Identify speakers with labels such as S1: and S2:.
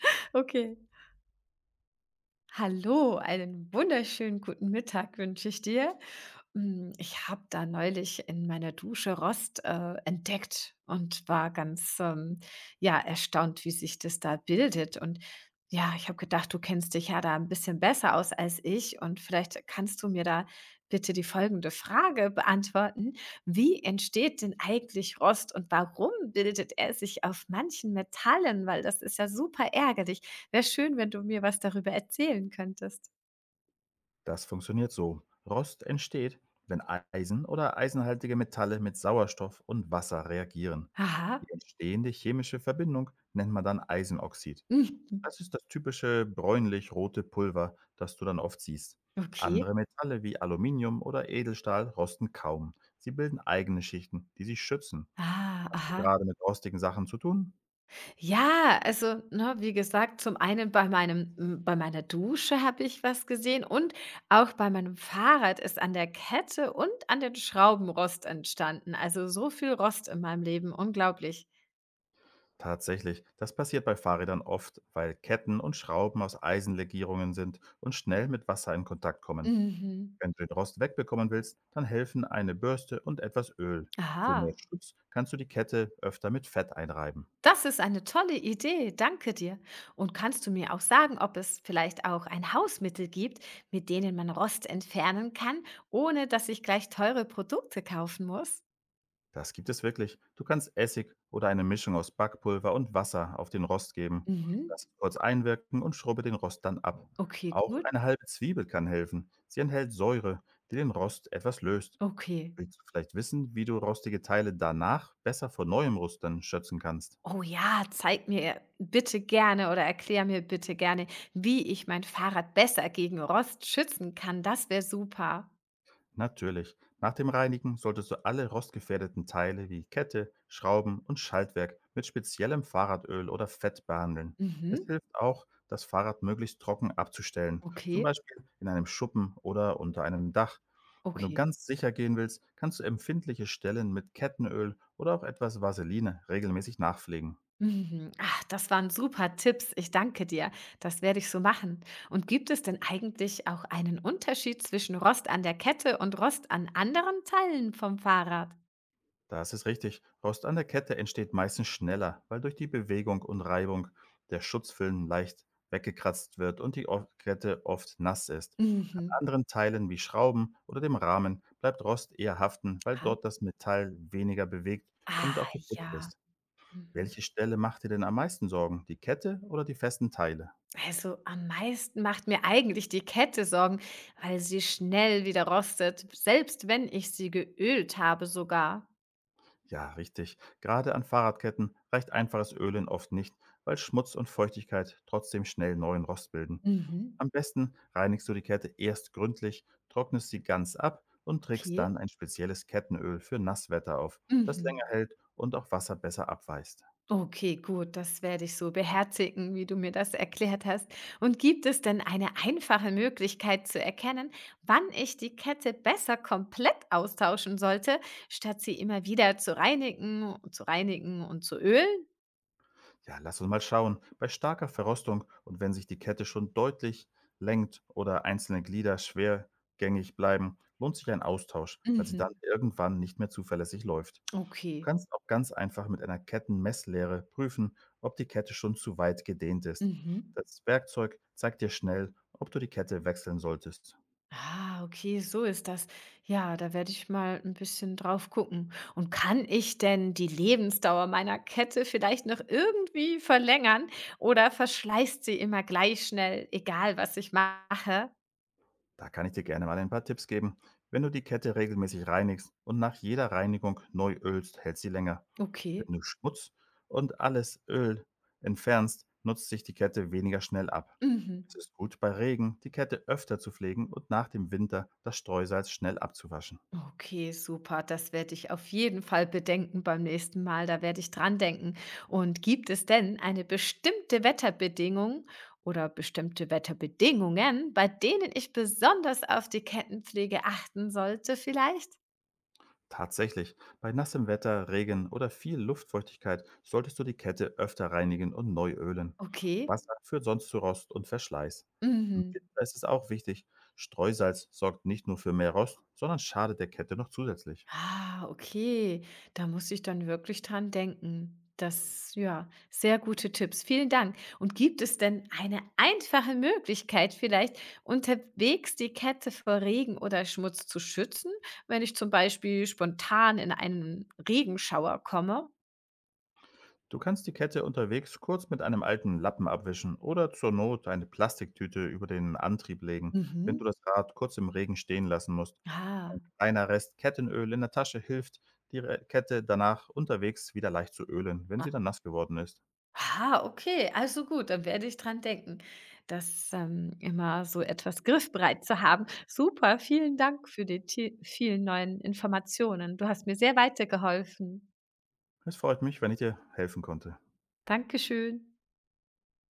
S1: Okay. Hallo, einen wunderschönen guten Mittag wünsche ich dir. Hm, ich habe da neulich in meiner Dusche Rost, entdeckt und war ja, erstaunt, wie sich das da bildet. Und ja, ich habe gedacht, du kennst dich ja da ein bisschen besser aus als ich und vielleicht kannst du mir da bitte die folgende Frage beantworten: Wie entsteht denn eigentlich Rost und warum bildet er sich auf manchen Metallen? Weil das ist ja super ärgerlich. Wäre schön, wenn du mir was darüber erzählen könntest.
S2: Das funktioniert so. Rost entsteht, wenn Eisen oder eisenhaltige Metalle mit Sauerstoff und Wasser reagieren.
S1: Aha.
S2: Die entstehende chemische Verbindung nennt man dann Eisenoxid.
S1: Mhm.
S2: Das ist das typische bräunlich-rote Pulver, das du dann oft siehst.
S1: Okay.
S2: Andere Metalle wie Aluminium oder Edelstahl rosten kaum. Sie bilden eigene Schichten, die sie schützen.
S1: Ah,
S2: Hast du
S1: aha.
S2: gerade mit rostigen Sachen zu tun?
S1: Ja, also, ne, wie gesagt, zum einen bei meinem bei meiner Dusche habe ich was gesehen und auch bei meinem Fahrrad ist an der Kette und an den Schrauben Rost entstanden. Also, so viel Rost in meinem Leben, unglaublich.
S2: Tatsächlich, das passiert bei Fahrrädern oft, weil Ketten und Schrauben aus Eisenlegierungen sind und schnell mit Wasser in Kontakt kommen.
S1: Mhm.
S2: Wenn du den Rost wegbekommen willst, dann helfen eine Bürste und etwas Öl. Für
S1: Aha.
S2: mehr Schutz kannst du die Kette öfter mit Fett einreiben.
S1: Das ist eine tolle Idee, danke dir. Und kannst du mir auch sagen, ob es vielleicht auch ein Hausmittel gibt, mit denen man Rost entfernen kann, ohne dass ich gleich teure Produkte kaufen muss?
S2: Das gibt es wirklich. Du kannst Essig oder eine Mischung aus Backpulver und Wasser auf den Rost geben.
S1: Mhm.
S2: Lass es kurz einwirken und schrubbe den Rost dann ab.
S1: Okay,
S2: Auch
S1: gut.
S2: eine halbe Zwiebel kann helfen. Sie enthält Säure, die den Rost etwas löst.
S1: Okay.
S2: Willst du vielleicht wissen, wie du rostige Teile danach besser vor neuem Rostern schützen kannst?
S1: Oh ja, zeig mir bitte gerne oder erklär mir bitte gerne, wie ich mein Fahrrad besser gegen Rost schützen kann. Das wäre super.
S2: Natürlich. Nach dem Reinigen solltest du alle rostgefährdeten Teile wie Kette, Schrauben und Schaltwerk mit speziellem Fahrradöl oder Fett behandeln. Es
S1: Mhm.
S2: hilft auch, das Fahrrad möglichst trocken abzustellen, zum
S1: Okay,
S2: Beispiel in einem Schuppen oder unter einem Dach. Wenn du
S1: okay.
S2: ganz sicher gehen willst, kannst du empfindliche Stellen mit Kettenöl oder auch etwas Vaseline regelmäßig nachpflegen.
S1: Mhm. Ach, das waren super Tipps. Ich danke dir. Das werde ich so machen. Und gibt es denn eigentlich auch einen Unterschied zwischen Rost an der Kette und Rost an anderen Teilen vom Fahrrad?
S2: Das ist richtig. Rost an der Kette entsteht meistens schneller, weil durch die Bewegung und Reibung der Schutzfilm leicht weggekratzt wird und die Kette oft nass ist. An
S1: Mhm.
S2: anderen Teilen wie Schrauben oder dem Rahmen bleibt Rost eher haften, weil
S1: Ja.
S2: dort das Metall weniger bewegt und
S1: Ah,
S2: auch geschützt
S1: ja.
S2: ist.
S1: Mhm.
S2: Welche Stelle macht dir denn am meisten Sorgen, die Kette oder die festen Teile?
S1: Also am meisten macht mir eigentlich die Kette Sorgen, weil sie schnell wieder rostet, selbst wenn ich sie geölt habe sogar.
S2: Ja, richtig. Gerade an Fahrradketten reicht einfaches Ölen oft nicht, weil Schmutz und Feuchtigkeit trotzdem schnell neuen Rost bilden.
S1: Mhm.
S2: Am besten reinigst du die Kette erst gründlich, trocknest sie ganz ab und trägst
S1: Okay.
S2: dann ein spezielles Kettenöl für Nasswetter auf, das
S1: Mhm.
S2: länger hält und auch Wasser besser abweist.
S1: Okay, gut, das werde ich so beherzigen, wie du mir das erklärt hast. Und gibt es denn eine einfache Möglichkeit zu erkennen, wann ich die Kette besser komplett austauschen sollte, statt sie immer wieder zu reinigen und zu ölen?
S2: Ja, lass uns mal schauen. Bei starker Verrostung und wenn sich die Kette schon deutlich lenkt oder einzelne Glieder schwergängig bleiben, lohnt sich ein Austausch, weil sie dann
S1: Mhm.
S2: irgendwann nicht mehr zuverlässig läuft. Du
S1: Okay.
S2: kannst auch ganz einfach mit einer Kettenmesslehre prüfen, ob die Kette schon zu weit gedehnt ist.
S1: Mhm.
S2: Das Werkzeug zeigt dir schnell, ob du die Kette wechseln solltest.
S1: Ah, okay, so ist das. Ja, da werde ich mal ein bisschen drauf gucken. Und kann ich denn die Lebensdauer meiner Kette vielleicht noch irgendwie verlängern oder verschleißt sie immer gleich schnell, egal was ich mache?
S2: Da kann ich dir gerne mal ein paar Tipps geben. Wenn du die Kette regelmäßig reinigst und nach jeder Reinigung neu ölst, hält sie länger.
S1: Okay.
S2: Wenn du Schmutz und alles Öl entfernst, nutzt sich die Kette weniger schnell ab.
S1: Mhm.
S2: Es ist gut, bei Regen die Kette öfter zu pflegen und nach dem Winter das Streusalz schnell abzuwaschen.
S1: Okay, super. Das werde ich auf jeden Fall bedenken beim nächsten Mal. Da werde ich dran denken. Und gibt es denn eine bestimmte Wetterbedingung oder bestimmte Wetterbedingungen, bei denen ich besonders auf die Kettenpflege achten sollte vielleicht?
S2: Tatsächlich, bei nassem Wetter, Regen oder viel Luftfeuchtigkeit solltest du die Kette öfter reinigen und neu ölen.
S1: Okay.
S2: Wasser führt sonst zu Rost und Verschleiß. Im
S1: Mhm.
S2: Winter ist es auch wichtig, Streusalz sorgt nicht nur für mehr Rost, sondern schadet der Kette noch zusätzlich.
S1: Ah, okay. Da muss ich dann wirklich dran denken. Das, ja, sehr gute Tipps. Vielen Dank. Und gibt es denn eine einfache Möglichkeit vielleicht, unterwegs die Kette vor Regen oder Schmutz zu schützen, wenn ich zum Beispiel spontan in einen Regenschauer komme?
S2: Du kannst die Kette unterwegs kurz mit einem alten Lappen abwischen oder zur Not eine Plastiktüte über den Antrieb legen, wenn du
S1: Mhm.
S2: das Rad kurz im Regen stehen lassen musst. Ein
S1: Ah,
S2: kleiner Rest Kettenöl in der Tasche hilft, die Re Kette danach unterwegs wieder leicht zu ölen, wenn sie dann nass geworden ist.
S1: Ah, okay, also gut, dann werde ich dran denken, immer so etwas griffbereit zu haben. Super, vielen Dank für die ti vielen neuen Informationen. Du hast mir sehr weitergeholfen.
S2: Es freut mich, wenn ich dir helfen konnte.
S1: Dankeschön.